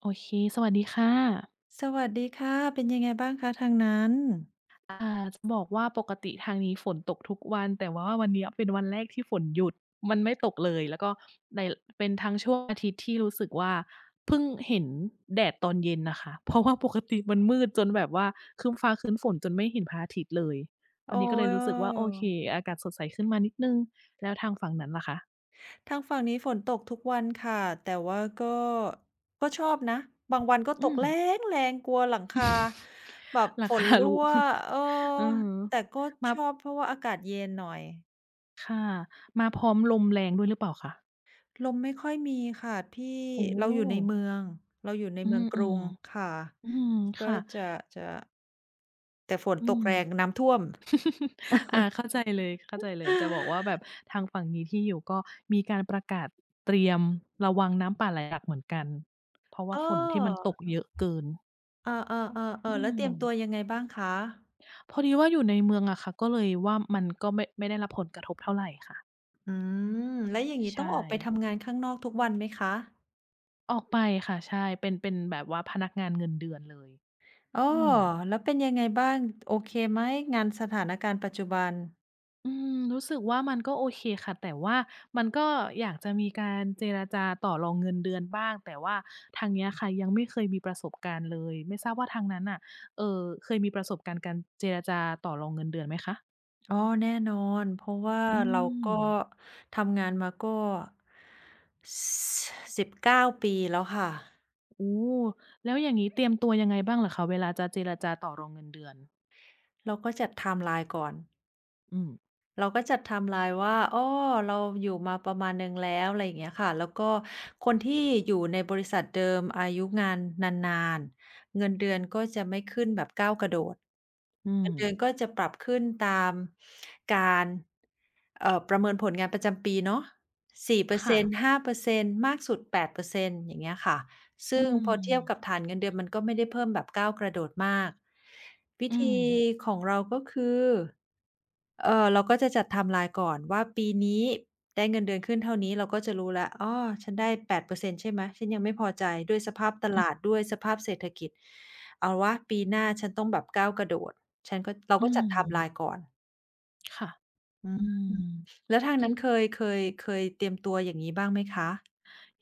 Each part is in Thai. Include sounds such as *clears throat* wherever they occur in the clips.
โอเคสวัสดีค่ะสวัสดีค่ะเป็นยังไงบ้างคะทางนั้นจะบอกว่าปกติทางนี้ฝนตกทุกวัน แต่ว่าวันเนี้ยเป็นวันแรกที่ฝนหยุด มันไม่ตกเลย แล้วก็ในเป็นทั้งช่วงอาทิตย์ที่รู้สึกว่าเพิ่งเห็นแดดตอนเย็นน่ะค่ะเพราะว่าปกติมันมืดจนแบบว่าครึ้มฟ้าครึ้มฝนจนไม่เห็นพระอาทิตย์เลยวัโอ้นนี้ก็เลยรู้สึกว่าโอเคยอากาศสดใสขึ้นมานิดหนึ่งแล้วทางฝั่งนั้นล่ะคะทางฝั่งนี้ฝนตกทุกวันค่ะแต่ว่าก็ชอบนะบางวันก็ตอืกม แล้งๆกลัวหลังคา *laughs* แบบราฝนคา *laughs* รั่รูวเออเอ *laughs* อแต่ก็มาชอบเพราะว่าอากาศเย็นหน่อยค่ะมาพร้อมลมแรงด้วยหรือเปล่าคะ ลมไม่ค่อยมีค่ะที่โอ้เราอยู่ในเมืองเราอยู่ในอืเมืมองกอืมรุงค่ะอืมก็ค่ะจะจะแต่ฝนอืตกม แรงน้ำท่วม *laughs* อาเข้าใจเลยเข้าใจเลยจะบอก *gasps* ว่าแบบทางฝั่งนี้ที่อยู่ก็มีการประกาศเตรียมระวังน้ำป่าไหลหลากเหมือนกันเพราะเอว่าฝนที่มันอตกเยอะเกินเออๆๆอืๆแล้วเตรียมตัวมยังไงบ้างคะ พอดีว่าอยู่ในเมืองอะค่ะก็เลยว่ามันก็ไม่ได้รับผลกระทบเท่าไหรค่ะอืมแล้วอย่างงี้ต้องใช่ออกไปทำงานข้างนอกทุกวันไหมคะออกไปค่ะใช่เป็นแบบว่าพนักงานเงินเดือนเลยอ้ออืม แล้วเป็นยังไงบ้างโอเคไหมงานสถานการณ์ปัจจุบันอืมรู้สึกว่ามันก็โอเคค่ะแต่ว่ามันก็อยากจะมีการเจรจาต่อรองเงินเดือนบ้างแต่ว่าทางเนี้ยค่ะยังไม่เคยมีประสบการณ์เลยไม่ทราบว่าทางนั้นน่ะเคยมีประสบการณ์การเจรจาต่อรองเงินเดือนไหมคะอ๋อแน่นอนเพราะว่าอืเราก็มทำงานมาก็19ปีแล้วค่ะโอ้แล้วอย่างงี้เตรียมตัวยังไงบ้างเหรอคะเวลาจะเจรจาต่อรองเงินเดือนเราก็จัดไทม์ไลน์ก่อน อืมเราก็จัดไทม์ไลน์ว่าอ้อเราอยู่มาประมาณหนึ่งแล้วอะไรอย่างเงี้ยค่ะแล้วก็คนที่อยู่ในบริษัทเดิมอายุงานนานๆ เงินเดือนก็จะไม่ขึ้นแบบก้าวกระโดด อืมเงินเดือนก็จะปรับขึ้นตามการประเมินผลงานประจำปีเนาะค่ะ4% 5%มากสุด8%อร์เซ็นต์อย่างเงี้ยค่ะ ซึ่อืงพมอเทียบกับฐานเงินเดือนมันก็ไม่ได้เพิ่มแบบก้าวกระโดดมากวิอืธีมของเราก็คือ เราก็จะจัดไทม์ไลน์ก่อนว่าปีนี้ได้เงินเดือนขึ้นเท่านี้เราก็จะรู้แล้วอ้อฉันได้8%ใช่ไหมฉันยังไม่พอใจด้วยสภาพตอือลาดด้วยสภาพเศรษฐกิจเอาวะปีหน้าฉันต้องแบบก้าวกระโดดฉันก็เราอืก็จัดมไทม์ไลน์ก่อนค่ะอืมอืม แล้วทางนั้นเคยเตรียมตัวอย่างงี้บ้างไหมคะ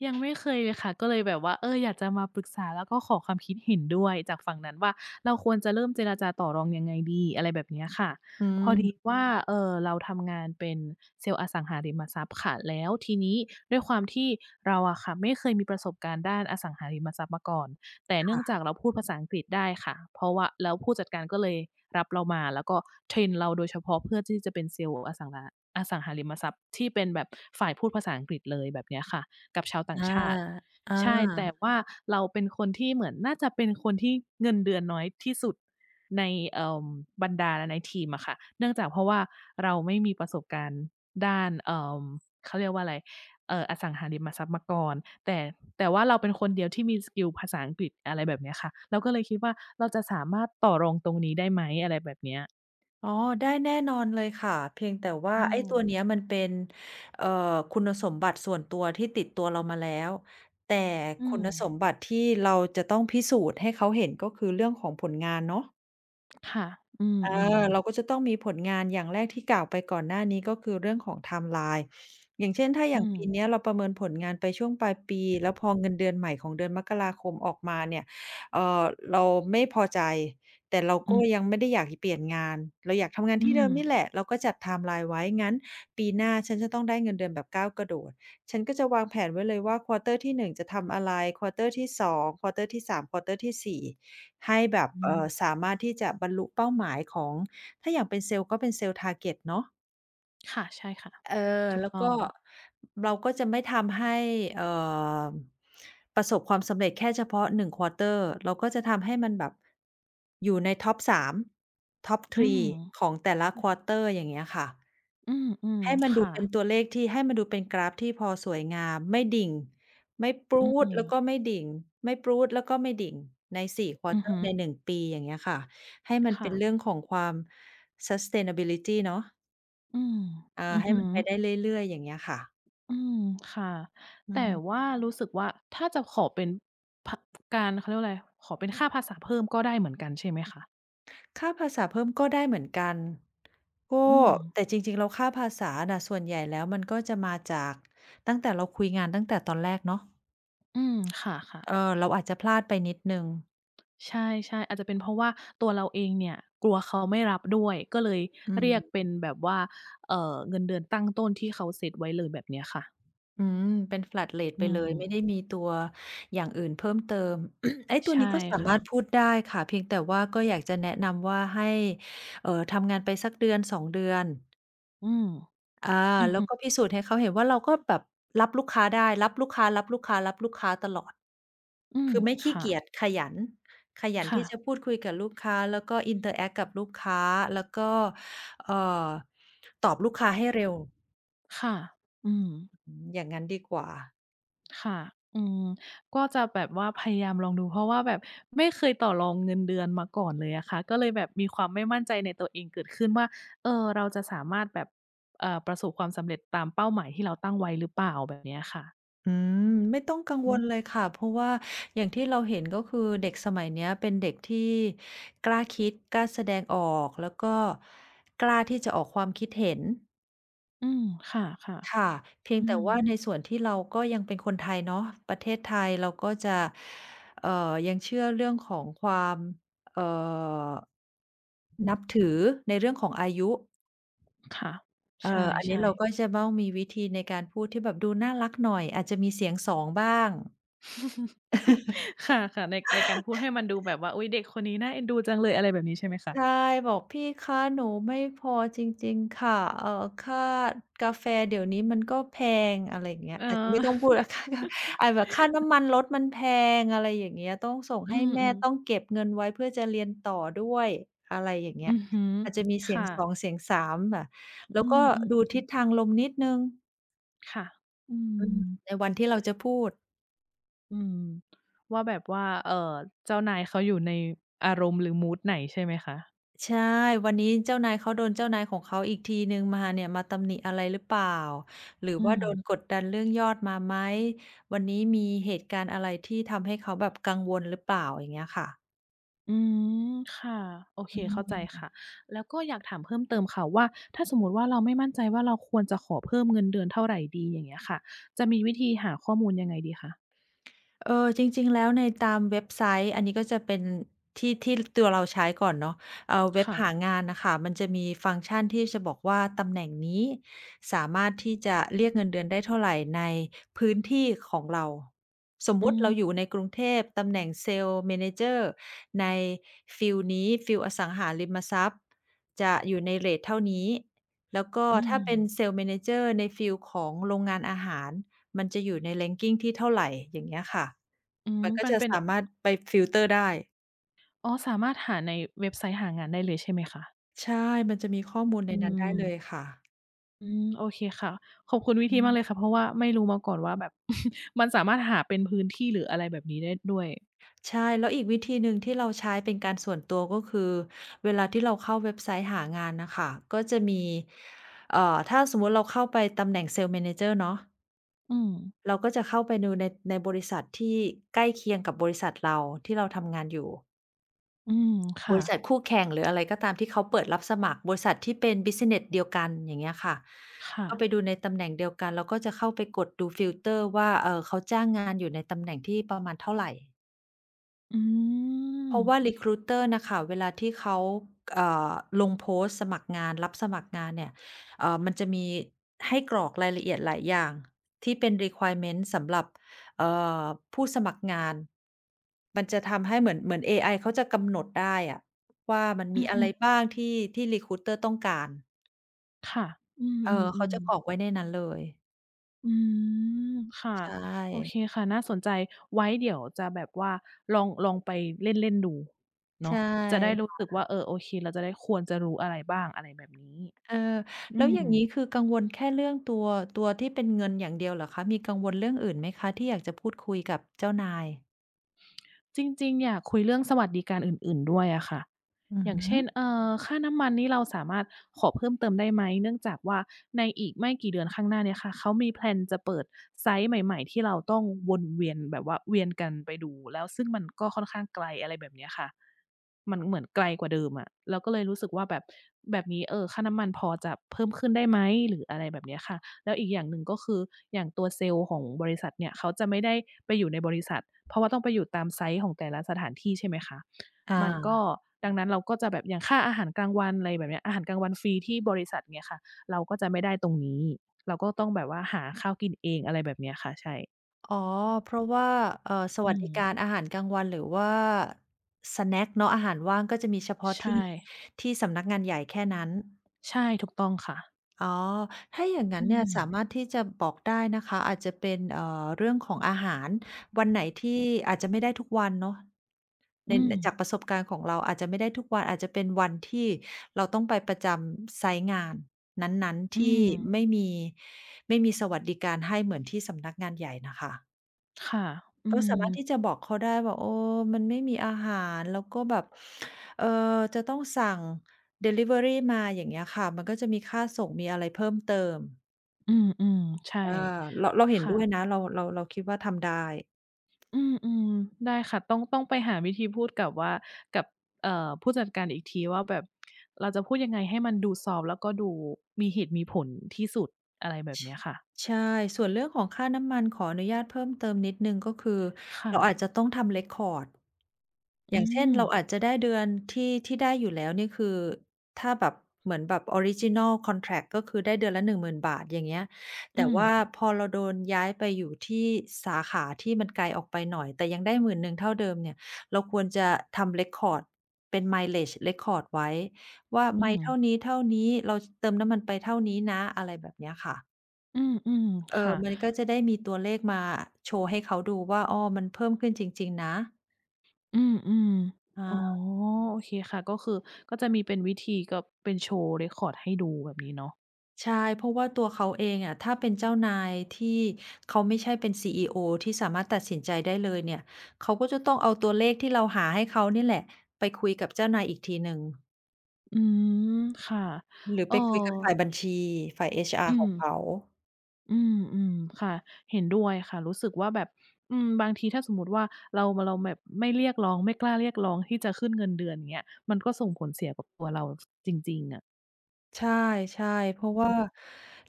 ยังไม่เคยเลยค่ะก็เลยแบบว่าเอออยากจะมาปรึกษาแล้วก็ขอความคิดเห็นด้วยจากฝั่งนั้นว่าเราควรจะเริ่มเจรจาต่อรองยังไงดีอะไรแบบเนี้ยค่ะอืพอดีมว่าเราทำงานเป็นเซลล์อสังหาริมทรัพย์ค่ะแล้วทีนี้ด้วยความที่เราอะค่ะไม่เคยมีประสบการณ์ด้านอสังหาริมทรัพย์มาก่อนแต่เนื่องจากค่ะเราพูดภาษาอังกฤษได้ค่ะเพราะว่าแล้วผู้จัดการก็เลยรับเรามาแล้วก็เทรนเราโดยเฉพาะเพื่อที่จะเป็นเซลล์อสังหาริมทรัพย์ที่เป็นแบบฝ่ายพูดภาษาอังกฤษเลยแบบเนี้ยค่ะ กับชาวต่างอาชาติอา ใช่แต่ว่าเราเป็นคนที่เหมือนน่าจะเป็นคนที่เงินเดือนน้อยที่สุดในเอ่อบรรดาในทีมอะค่ะเนื่องจากเพราะว่าเราไม่มีประสบการณ์ด้านเขาเรียกว่าอะไรอสังหาริมทรัพย์มาก่อนแต่แต่ว่าเราเป็นคนเดียวที่มีสกิลภาษาอังกฤษอะไรแบบเนี้ยค่ะเราก็เลยคิดว่าเราจะสามารถต่อรองตรงนี้ได้ไหมอะไรแบบเนี้ยอ๋อได้แน่นอนเลยค่ะเพียงแต่ว่าอืไอ้มตัวเนี้ยมันเป็นเอ่อคุณสมบัติส่วนตัวที่ติดตัวเรามาแล้วแต่อืคุมณสมบัติที่เราจะต้องพิสูจน์ให้เขาเห็นก็คือเรื่องของผลงานเนาะ ค่ะอือามเราก็ๆจะต้องมีผลงานอย่างแรกที่กล่าวไปก่อนหน้านี้ก็คือเรื่องของไทม์ไลน์อย่างเช่นถ้าออืย่างมปีเนี้ยเราประเมินผลงานไปช่วงปลายปีแล้วพอเงินเดือนใหม่ของเดือนมกราคมออกมาเนี่ยเอ่อเราไม่พอใจแต่เราอืก็มยังไม่ได้อยากจะเปลี่ยนงานเราอยากทำงานอืที่เดิมนี่แหมละเราก็จัดไทม์ไลน์ไว้งั้นปีหน้าฉันจะต้องได้เงินเดือนแบบก้าวกระโดดฉันก็จะวางแผนไว้เลยว่าควอเตอร์ที่หนึ่งจะทำอะไรควอเตอร์ที่สองควอเตอร์ที่สามควอเตอร์ที่สี่ ให้แบบอืม สามารถที่จะบรรลุเป้าหมายของถ้าอย่างเป็นเซลส์ก็เป็นเซลส์ target เนาะ ค่ะใช่ค่ะเออถูกแล้วต้องก็เราก็จะไม่ทำให้เอ่อประสบความสำเร็จแค่เฉพาะ1ควอเตอร์เราก็จะทำให้มันแบบอยู่ในท็อป3ท็อปอื3มของแต่ละควอเตอร์อย่างเงี้ยค่ะอืมอืมให้มันดูค่ะเป็นตัวเลขที่ให้มันดูเป็นกราฟที่พอสวยงามไม่ดิ่งไม่ปอืรู๊ดแล้วก็มไม่ดิ่งไม่ปรู๊ดแล้วก็ไม่ดิ่งใน4ควออือเตอฮึร์ใน1ปีอย่างเงี้ยค่ะให้มันค่ะเป็นเรื่องของความ sustainability เนาะ อืมเอออือให้ฮึมันไปได้เรื่อยๆอย่างเงี้ยค่ะอืมค่ะอืแต่ว่ามรู้สึกว่าถ้าจะขอเป็นพการเขาเรียกว่าอะไรขอเป็นค่าภาษาเพิ่มก็ได้เหมือนกันใช่ไหมคะค่าภาษาเพิ่มก็ได้เหมือนกันก็อืมแต่จริงๆแล้วค่าภาษาน่ะส่วนใหญ่แล้วมันก็จะมาจากตั้งแต่เราคุยงานตั้งแต่ตอนแรกเนาะอืมค่ะเออเราอาจจะพลาดไปนิดหนึ่งๆใช่ๆอาจจะเป็นเพราะว่าตัวเราเองเนี่ยกลัวเขาไม่รับด้วยก็เลยอืเรียกเป็มนแบบว่าเงินเดือนตั้งต้นที่เขาเซตไว้เลยแบบเนี้ยค่ะอืมเป็น flat rate ไปอืเลมยไม่ได้มีตัวอย่างอื่นเพิ่มเติม *clears throat* ไอ้ตัวนี้ใช่ก็สามาค่ะรถพูดได้ค่ะเพียงแต่ว่าก็อยากจะแนะนำว่าให้ทำงานไปสักเดือนสองเดือน อืม อาอือแล้วฮึก็พิสูจน์ให้เขาเห็นว่าเราก็แบบรับลูกค้าได้รับลูกค้าตลอดอืมคือไม่ขี้ค่ะเกียจขยันขยันค่ะที่จะพูดคุยกับลูกค้าแล้วก็อินเตอร์แอ็กต์กับลูกค้าแล้วก็เอ่อตอบลูกค้าให้เร็วค่ะอืมอืมอย่างงั้นดีกว่าค่ะอืมก็จะแบบว่าพยายามลองดูเพราะว่าแบบไม่เคยต่อรองเงินเดือนมาก่อนเลยอะค่ะก็เลยแบบมีความไม่มั่นใจในตัวเองเกิดขึ้นว่าเออเราจะสามารถแบบประสบความสำเร็จตามเป้าหมายที่เราตั้งไว้หรือเปล่าแบบเนี้ยค่ะอืมไม่ต้องกังวอืมลเลยค่ะเพราะว่าอย่างที่เราเห็นก็คือเด็กสมัยเนี้ยเป็นเด็กที่กล้าคิดกล้าแสดงออกแล้วก็กล้าที่จะออกความคิดเห็น อืมค่ะค่ะเพีๆยงอืแต่มว่าในส่วนที่เราก็ยังเป็นคนไทยเนาะประเทศไทยเราก็จะยังเชื่อเรื่องของความเอ่อนับถือในเรื่องของอายุค่ะใชอันนี้่เราๆ ก็จะต้องมีวิธีในการพูดที่แบบดูน่ารักหน่อยอาจจะมีเสียงสองบ้าง *laughs* ค่ะๆในการพูดให้มันดูแบบว่าอุ๊ยเด็กคนนี้น่าเอ็นดูจังเลยอะไรแบบนี้ใช่ไหมคะใช่บอกพี่คะหนูไม่พอจริงๆค่ะเอ่อค่ากาแฟเดี๋ยวนี้มันก็แพงอะไรอย่างเงี้ยเออาจจะไม่ต้องพูอ ด *laughs* ค่ากาแบบค่าน้ำมันรถมันแพงอะไรอย่างเงี้ยต้องส่งอืให้แม่มต้องๆเก็บเงินไว้เพื่อจะเรียนต่อด้วยอะไรอย่างเงี้ยอือฮึอาจจะมีเสียงค่ะ2เสียง3ค่ะแล้วอืก็มดูทิศทางๆลมนิดหนึ่งค่ะอือืมมในวันที่เราจะพูด อืมว่าแบบว่าเจ้านายเขาอยู่ในอารมณ์หรือมูดไหนใช่ไหมคะใช่ วันนี้เจ้านายเขาโดนเจ้านายของเขาอีกทีหนึ่งมาเนี่ยมาตำหนิอะไรหรือเปล่า หรืออืว่ามโดนกดดันเรื่องยอดมาไหม วันนี้มีเหตุการณ์อะไรที่ทำให้เขาแบบกังวลหรือเปล่าอย่างเงี้ยค่ะอืมค่ะโอเคอืเข้าใจม ค่ะ แล้วก็อยากถามเพิ่มเติมค่ะว่าถ้าสมมุติว่าเราไม่มั่นใจว่าเราควรจะขอเพิ่มเงินเดือนเท่าไรดีอย่างเงี้ยค่ะจะมีวิธีหาข้อมูลยังไงดีคะเออจริงๆแล้วในตามเว็บไซต์อันนี้ก็จะเป็นที่ที่ตัวเราใช้ก่อนเนาะเว็บค่ะหางานน่ะค่ะมันจะมีฟังก์ชันที่จะบอกว่าตำแหน่งนี้สามารถที่จะเรียกเงินเดือนได้เท่าไรในพื้นที่ของเราสมอืมุติเราอมยู่ในกรุงเทพตำแหน่งเซลส์ manager ในฟีลนี้ฟีลอสังหาริมทรัพย์จะอยู่ในเรตเท่านี้แล้วก็อืถ้ามเป็นเซลส์ manager ในฟีลของโรงงานอาหาร มันจะอยู่ใน ranking ที่เท่าไรอย่างเงี้ยค่ะ อืมมันก็มันจะเป็นสามารถไปฟิลเตอร์ได้ อ๋อสามารถหาในเว็บไซต์หางานได้เลยใช่ไหมคะใช่ มันจะมีข้อมูลในอืนั้นได้เลยม ค่ะอืมโอเคค่ะขอบคุณวิอืธีมากเลยมค่ะเพราะว่าไม่รู้มาก่อนว่าแบบ *laughs* มันสามารถหาเป็นพื้นที่หรืออะไรแบบนี้ได้ด้วยใช่ แล้วอีกวิธีหนึ่งที่เราใช้เป็นการส่วนตัวก็คือ เวลาที่เราเข้าเว็บไซต์หางานน่ะค่ะก็จะมีเอ่อถ้าสมมุติเราเข้าไปตำแหน่งเซล e ์ m ม n a เจอร์เนาะอืมเราก็จะเข้าไปดูในบริษัทที่ใกล้เคียงกับบริษัทเราที่เราทำงานอยู่ อืมบค่ะริษัทคู่แข่งหรืออะไรก็ตามที่เขาเปิดรับสมัครบริษัทที่เป็นบิซิเนสเดียวกันอย่างเงี้ยค่ะค่ะก็ไปดูในตำแหน่งเดียวกันเราก็จะเข้าไปกดดูฟิลเตอร์ว่าเขาจ้างงานอยู่ในตำแหน่งที่ประมาณเท่าไร อืเพมราะว่า recruiter น่ะค่ะเวลาที่เขาเอ่อลงโพสต์สมัครงานรับสมัครงานเนี่ยมันจะมีให้กรอกรายละเอียดหลายอย่างที่เป็น requirement สำหรับเอ่อผู้สมัครงานมันจะทำให้เหมือนเอไอเขาจะกำหนดได้อะว่ามันอืมีออะฮึไรบ้างที่ recruiter ต้องการค่ะอืมเออืมออืเขามจะกรอกไว้ในนั้นเลยอืมค่ะใช่โอเคค่ะน่าสนใจไว้เดี๋ยวจะแบบว่าลองไปเล่นเล่นดูใชเนาะจะได้รู้่ สึกว่าเออโอเคเราจะได้ควรจะรู้อะไรบ้างอะไรแบบนี้เอออืแล้วมอย่างงี้คือกังวลแค่เรื่องตัวที่เป็นเงินอย่างเดียวเหรอคะมีกังวลเรื่องอื่นไหมคะที่อยากจะพูดคุยกับเจ้านายจริงๆอยากคุยเรื่องสวัสดิการอื่นๆด้วยอะค่ะ อืออย่างฮึเช่นค่าน้ำมันนี่เราสามารถขอเพิ่มเติมได้ไหมเนื่องจากว่าในอีกไม่กี่เดือนข้างหน้าเนี่ยค่ะเขามีแพลนจะเปิดไซต์ใหม่ๆที่เราต้องวนเวียนแบบว่าเวียนกันไปดูแล้วซึ่งมันก็ค่อนข้างไกลอะไรแบบเนี้ยค่ะมันเหมือนไกลกว่าเดิมอะเราก็เลยรู้สึกว่าแบบนี้ค่าน้ำมันพอจะเพิ่มขึ้นได้ไหมหรืออะไรแบบเนี้ยค่ะแล้วอีกอย่างหนึ่งก็คืออย่างตัวเซลล์ของบริษัทเนี่ยเขาจะไม่ได้ไปอยู่ในบริษัทเพราะว่าต้องไปอยู่ตามไซต์ของแต่ละสถานที่ใช่ไหมคะ คมันก็่ะดังนั้นเราก็จะแบบอย่างค่าอาหารกลางวันอะไรแบบเนี้ยอาหารกลางวันฟรีที่บริษัทเงี้ยค่ะเราก็จะไม่ได้ตรงนี้เราก็ต้องแบบว่าหาข้าวกินเองอะไรแบบเนี้ยค่ะใช่อ๋อเพราะว่าสอืวัสมดิการอาหารกลางวันหรือว่าสแน็กเนาะอาหารว่างก็จะมีเฉพาะใชที่่ที่สำนักงานใหญ่แค่นั้นใช่ถูกต้องค่ะอ๋อถ้าอย่างงั้นอืเนี่ยมสามารถที่จะบอกได้นะคะอาจจะเป็นเรื่องของอาหารวันไหนที่อาจจะไม่ได้ทุกวันเนาะ ในอืมในจากประสบการณ์ของเราอาจจะไม่ได้ทุกวันอาจจะเป็นวันที่เราต้องไปประจำไซต์งานนั้นๆอืที่มไม่มีไม่มีสวัสดิการให้เหมือนที่สำนักงานใหญ่น่ะค่ะค่ะอืก็มสามารถที่จะบอกเขาได้ว่าเออมันไม่มีอาหารแล้วก็แบบเอ่อจะต้องสั่งดิลิเวอรีมาอย่างเงี้ยค่ะมันก็จะมีค่าส่งมีอะไรเพิ่มเติมอืมๆใช่อาเราเห็นด้วยค่ะ นะเราคิดว่าทำได้ อืมๆได้ค่ะต้องไปหาวิธีพูดกับว่ากับผู้จัดการอีกทีว่าแบบเราจะพูดยังไงให้มันดูซอฟต์แล้วก็ดูมีเหตุมีผลที่สุดอะไรแบบชเนี้ยค่ะใช่ ส่วนเรื่องของค่าน้ำมันขออนุญาตเพิ่มเติมนิดหนึ่งก็คือค่ะเราอาจจะต้องทำ record ออืย่างเช่นมเราอาจจะได้เดือนที่ได้อยู่แล้วเนี่ยคือถ้าแบบเหมือนแบบออริจินัลคอนแทรกต์ก็คือได้เดือนละ1000นบาทอย่างเงี้ยแต่อืมว่าพอเราโดนย้ายไปอยู่ที่สาขาที่มันไกลออกไปหน่อยแต่ยังได้หมืนหนึ่งเท่าเดิมเนี่ยเราควรจะทำ record เป็น mileage record ไว้ว่าไมอืล์มเท่านี้ๆเราเติมน้ำมันไปเท่านี้นะอะไรแบบเนี้ยค่ะ อืมเอๆอค่ะมันก็จะได้มีตัวเลขมาโชว์ให้เขาดูว่าอ้อมันเพิ่มขึ้นจริงๆนะอืมๆอ๋ออาโอเคค่ะก็คือก็จะมีเป็นวิธีก็เป็นโชว์เรคคอร์ดให้ดูแบบนี้เนาะใช่เพราะว่าตัวเขาเองอะถ้าเป็นเจ้านายที่เขาไม่ใช่เป็นซีอีโอที่สามารถตัดสินใจได้เลยเนี่ย เขาก็จะต้องเอาตัวเลขที่เราหาให้เขานี่แหละไปคุยกับเจ้านายอีกทีหนึ่งอืมค่ะหรือเอ่อไปคุยกับฝ่ายบัญชี ฝ่าย HR อืขอม งเขา อืมอืมค่ะเห็นด้วยค่ะรู้สึกว่าแบบอืมบางทีถ้าสมมุติว่าเราแบบไม่เรียกร้องไม่กล้าเรียกร้องที่จะขึ้นเงินเดือนอย่างเงี้ยมันก็ส่งผลเสียกับตัวเราจริงๆอะใช่ๆเพราะว่าอื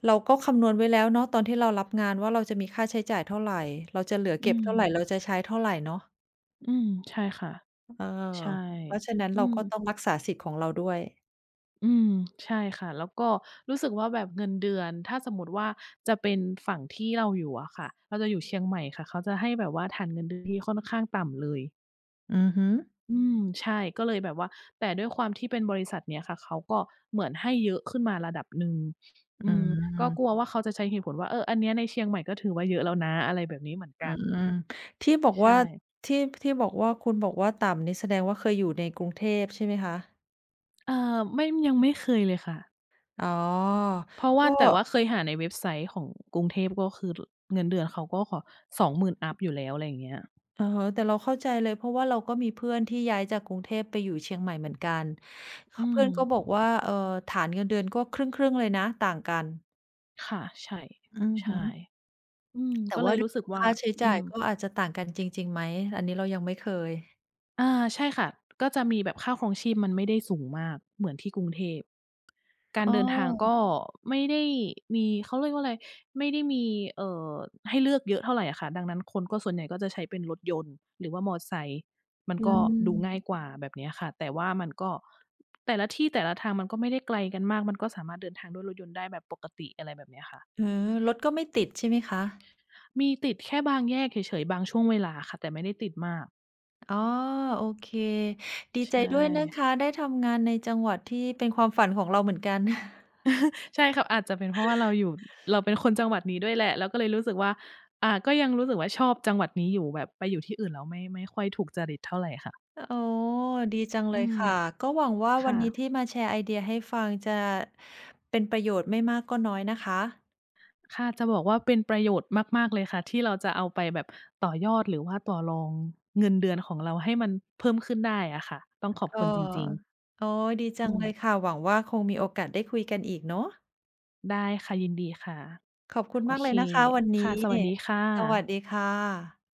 เราก็คำนวณไว้แล้วเนาะตอนที่เรารับงานว่าเราจะมีค่าใช้จ่ายเท่าไรเราจะเหลืออืเก็บมเท่าไรเราจะใช้เท่าไรเนาะ อืมใช่ค่ะเออใช่เพราะฉะนั้นอืเรามก็ต้องรักษาสิทธิ์ของเราด้วยอืมใช่ค่ะแล้วก็รู้สึกว่าแบบเงินเดือนถ้าสมมุติว่าจะเป็นฝั่งที่เราอยู่อะค่ะเราจะอยู่เชียงใหม่ค่ะเขาจะให้แบบว่าฐานเงินเดือนที่ค่อนข้างต่ำเลย อือฮึอืมใช่ก็เลยแบบว่าแต่ด้วยความที่เป็นบริษัทเนี้ยค่ะเขาก็เหมือนให้เยอะขึ้นมาระดับหนึ่งอือืมก็กลัวมว่าเขาจะใช้เหตุผลว่าเอออันเนี้ยในเชียงใหม่ก็ถือว่าเยอะแล้วนะอะไรแบบนี้เหมือนอืกันมที่บอกว่าใช่ที่ที่บอกว่าคุณบอกว่าต่ำนี่แสดงว่าเคยอยู่ในกรุงเทพใช่ไหมคะไม่ยังไม่เคยเลยค่ะอ๋อเพราะว่าก็แต่ว่าเคยหาในเว็บไซต์ของกรุงเทพก็คือเงินเดือนเขาก็ขอ20,000อัปอยู่แล้วอะไรอย่างเงี้ยอะฮะแต่เราเข้าใจเลยเพราะว่าเราก็มีเพื่อนที่ย้ายจากกรุงเทพไปอยู่เชียงใหม่เหมือนกันอืมเพื่อนก็บอกว่าฐานเงินเดือนก็ครึ่งๆเลยนะต่างกันค่ะใช่อือฮึใช่อืมแต่ก็เลว่ายเรื่รู้องสึกของว่าค่าใช้อืจ่ายมก็อาจจะต่างกันจริงๆไหมอันนี้เรายังไม่เคยอาใช่ค่ะก็จะมีแบบค่าครองชีพมันไม่ได้สูงมากเหมือนที่กรุงเทพ การอ้อเดินทางก็ไม่ได้มีเขาเรียกว่าอะไรไม่ได้มีเอ่อให้เลือกเยอะเท่าไรอะค่ะดังนั้นคนก็ส่วนใหญ่ก็จะใช้เป็นรถยนต์หรือว่ามอไซค์มันอืก็ดูง่ายม กว่าแบบเนี้ยค่ะแต่ว่ามันก็แต่ละที่แต่ละทางมันก็ไม่ได้ไกลกันมากมันก็สามารถเดินทางด้วยรถยนต์ได้แบบปกติอะไรแบบเนี้ยค่ะเออรถก็ไม่ติดใช่ไหมคะมีติดแค่บางแยกเฉยๆบางช่วงเวลาค่ะแต่ไม่ได้ติดมากอ๋อโอเคดีใชใจ่ ด้วยนะคะได้ทำงานในจังหวัดที่เป็นความฝันของเราเหมือนกัน *laughs* ใช่ครับอาจจะเป็นเพราะว่าเราอยู่เราเป็นคนจังหวัดนี้ด้วยแหละเราก็เลยรู้สึกว่าอ่าก็ยังรู้สึกว่าชอบจังหวัดนี้อยู่แบบไปอยู่ที่อื่นแล้วไม่ค่อยถูกจริตเท่าไรค่ะอ๋อดีจังเลอืยมค่ะ ก็หวังว่าวันค่ะนี้ที่มาแชร์ไอเดียให้ฟังจะเป็นประโยชน์ไม่มากก็น้อยนะคะค่ะจะบอกว่าเป็นประโยชน์มากๆเลยค่ะที่เราจะเอาไปแบบต่อยอดหรือว่าต่อรองเงินเดือนของเราให้มันเพิ่มขึ้นได้อะค่ะต้องขอบเคุณจริงๆอออ๋อดีจัอืงมเลยค่ะหวังว่าคงมีโอกาสได้คุยกันอีกเนาะได้ค่ะยินดีค่ะขอบคุณโอมากเลเคยนะคะวันค่ะนี้ สวัสดีค่ะสวัสดีค่ะ